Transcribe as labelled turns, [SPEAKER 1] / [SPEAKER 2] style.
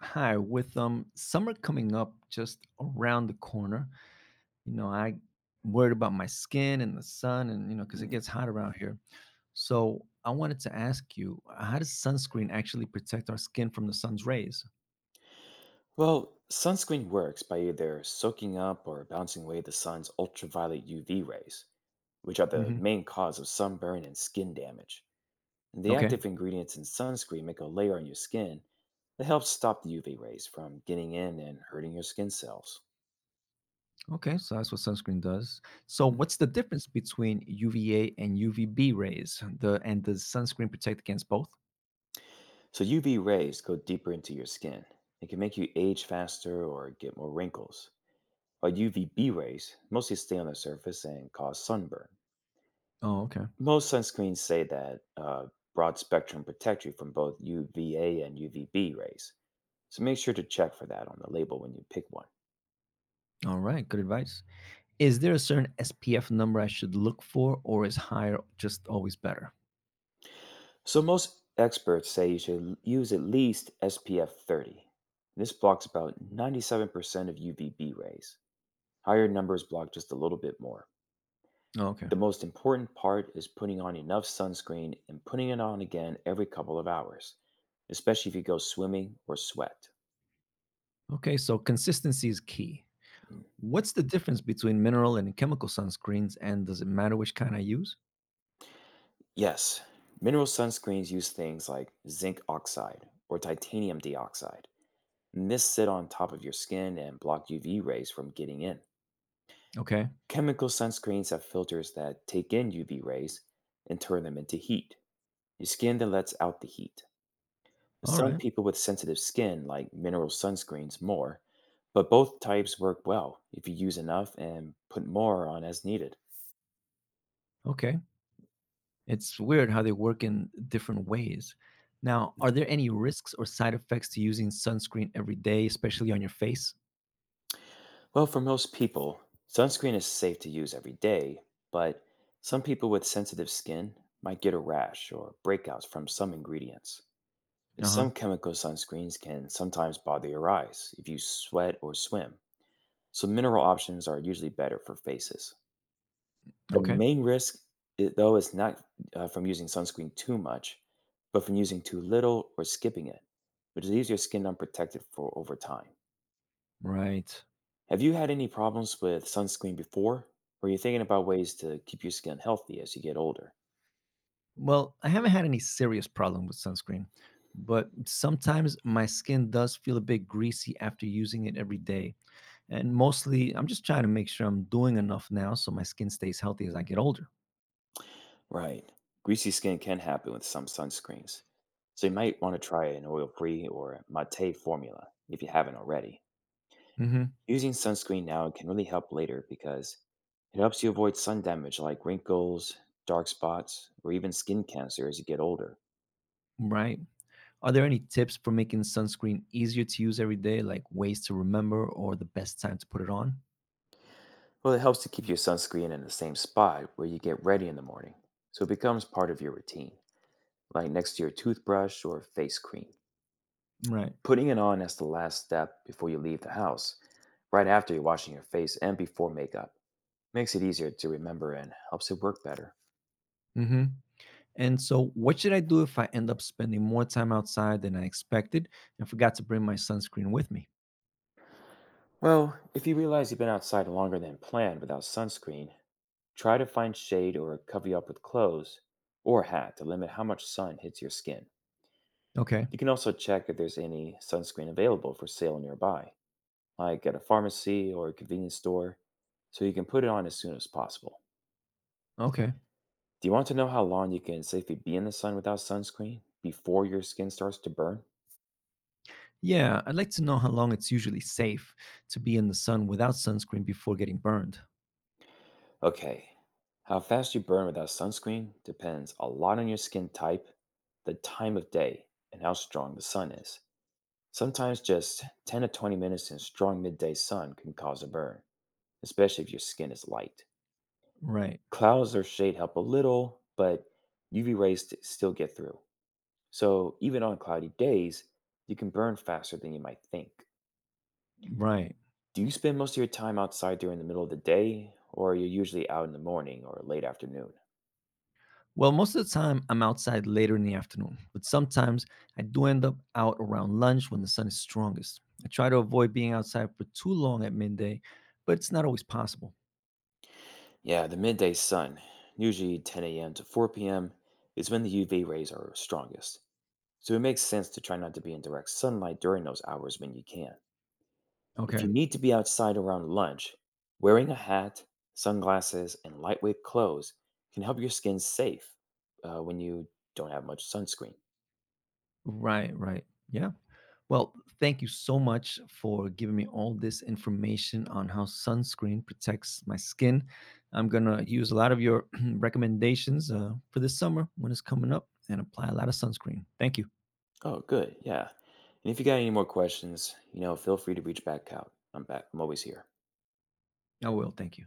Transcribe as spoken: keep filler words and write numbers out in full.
[SPEAKER 1] Hi, with um summer coming up just around the corner, you know, I worried about my skin and the sun, and you know, because it
[SPEAKER 2] Mm.
[SPEAKER 1] gets hot around here. So I wanted to ask you, how does sunscreen actually protect our skin from the sun's rays?
[SPEAKER 2] Well, sunscreen works by either soaking up or bouncing away the sun's ultraviolet U V rays, which are the
[SPEAKER 1] Hmm.
[SPEAKER 2] main cause of sunburn and skin damage. And the
[SPEAKER 1] Okay.
[SPEAKER 2] active ingredients in sunscreen make a layer on your skin that helps stop the U V rays from getting in and hurting your skin cells.
[SPEAKER 1] Okay, so that's what sunscreen does. So
[SPEAKER 2] Mm.
[SPEAKER 1] what's the difference between U V A and U V B rays? The and does sunscreen protect against both?
[SPEAKER 2] So, U V rays go deeper into your skin. It can make you age faster or get more wrinkles, while U V B rays mostly stay on the surface and cause sunburn.
[SPEAKER 1] Oh, okay.
[SPEAKER 2] Most sunscreens say that uh, broad spectrum protect you from both U V A and U V B rays, so make sure to check for that on the label when you pick one.
[SPEAKER 1] All right, good advice. Is there a certain S P F number I should look for, or is higher just always better?
[SPEAKER 2] So, most experts say you should l- use at least S P F thirty. This blocks about ninety-seven percent of U V B rays. Higher numbers block just a little bit more.
[SPEAKER 1] Okay.
[SPEAKER 2] The most important part is putting on enough sunscreen and putting it on again every couple of hours, especially if you go swimming or sweat.
[SPEAKER 1] Okay, so consistency is key.
[SPEAKER 2] Mm.
[SPEAKER 1] What's the difference between mineral and chemical sunscreens, and does it matter which kind I use?
[SPEAKER 2] Yes, mineral sunscreens use things like zinc oxide or titanium dioxide, and this sit on top of your skin and block U V rays from getting in.
[SPEAKER 1] Okay.
[SPEAKER 2] Chemical sunscreens have filters that take in U V rays and turn them into heat. Your skin that lets out the heat.
[SPEAKER 1] All
[SPEAKER 2] Some
[SPEAKER 1] right.
[SPEAKER 2] people with sensitive skin like mineral sunscreens more, but both types work well if you use enough and put more on as needed.
[SPEAKER 1] Okay, it's weird how they work in different ways. Now, are there any risks or side effects to using sunscreen every day, especially on your face?
[SPEAKER 2] Well, for most people, sunscreen is safe to use every day, but some people with sensitive skin might get a rash or breakouts from some ingredients.
[SPEAKER 1] Uh huh.
[SPEAKER 2] Some chemical sunscreens can sometimes bother your eyes if you sweat or swim, so mineral options are usually better for faces. The
[SPEAKER 1] Okay.
[SPEAKER 2] main risk, I though, is not, uh, from using sunscreen too much, but from using too little or skipping it, which leaves your skin unprotected for over time.
[SPEAKER 1] Right.
[SPEAKER 2] Have you had any problems with sunscreen before? Or are you thinking about ways to keep your skin healthy as you get older?
[SPEAKER 1] Well, I haven't had any serious problem with sunscreen, but sometimes my skin does feel a bit greasy after using it every day. And mostly, I'm just trying to make sure I'm doing enough now so my skin stays healthy as I get older.
[SPEAKER 2] Right. Greasy skin can happen with some sunscreens. So you might want to try an oil free or matte formula if you haven't already.
[SPEAKER 1] Hmm.
[SPEAKER 2] Using sunscreen now can really help later because it helps you avoid sun damage like wrinkles, dark spots, or even skin cancer as you get older.
[SPEAKER 1] Right. Are there any tips for making sunscreen easier to use every day, like ways to remember or the best time to put it on?
[SPEAKER 2] Well, it helps to keep your sunscreen in the same spot where you get ready in the morning, so it becomes part of your routine, like next to your toothbrush or face cream.
[SPEAKER 1] Right.
[SPEAKER 2] Putting it on as the last step before you leave the house, right after you're washing your face and before makeup, makes it easier to remember and helps it work better.
[SPEAKER 1] Hmm. And so, what should I do if I end up spending more time outside than I expected and forgot to bring my sunscreen with me?
[SPEAKER 2] Well, if you realize you've been outside longer than planned without sunscreen, try to find shade or cover you up with clothes or a hat to limit how much sun hits your skin.
[SPEAKER 1] Okay.
[SPEAKER 2] You can also check if there's any sunscreen available for sale nearby, like at a pharmacy or a convenience store, so you can put it on as soon as possible.
[SPEAKER 1] Okay.
[SPEAKER 2] Do you want to know how long you can safely be in the sun without sunscreen before your skin starts to burn?
[SPEAKER 1] Yeah, I'd like to know how long it's usually safe to be in the sun without sunscreen before getting burned.
[SPEAKER 2] Okay, how fast you burn without sunscreen depends a lot on your skin type, the time of day, and how strong the sun is. Sometimes just ten to twenty minutes in strong midday sun can cause a burn, especially if your skin is light.
[SPEAKER 1] Right.
[SPEAKER 2] Clouds or shade help a little, but U V rays t- still get through. So even on cloudy days, you can burn faster than you might think.
[SPEAKER 1] Right.
[SPEAKER 2] Do you spend most of your time outside during the middle of the day, or are you usually out in the morning or late afternoon?
[SPEAKER 1] Well, most of the time I'm outside later in the afternoon, but sometimes I do end up out around lunch when the sun is strongest. I try to avoid being outside for too long at midday, but it's not always possible.
[SPEAKER 2] Yeah, the midday sun, usually ten a m to four p m, is when the U V rays are strongest. So it makes sense to try not to be in direct sunlight during those hours when you can. If
[SPEAKER 1] Okay.
[SPEAKER 2] you need to be outside around lunch, wearing a hat, sunglasses, and lightweight clothes can help your skin safe uh, when you don't have much sunscreen.
[SPEAKER 1] Right, right. Yeah. Well, thank you so much for giving me all this information on how sunscreen protects my skin. I'm going to use a lot of your recommendations uh, for this summer when it's coming up and apply a lot of sunscreen. Thank you.
[SPEAKER 2] Oh, good. Yeah. And if you got any more questions, you know, feel free to reach back out. I'm back. I'm always here.
[SPEAKER 1] I will. Thank you.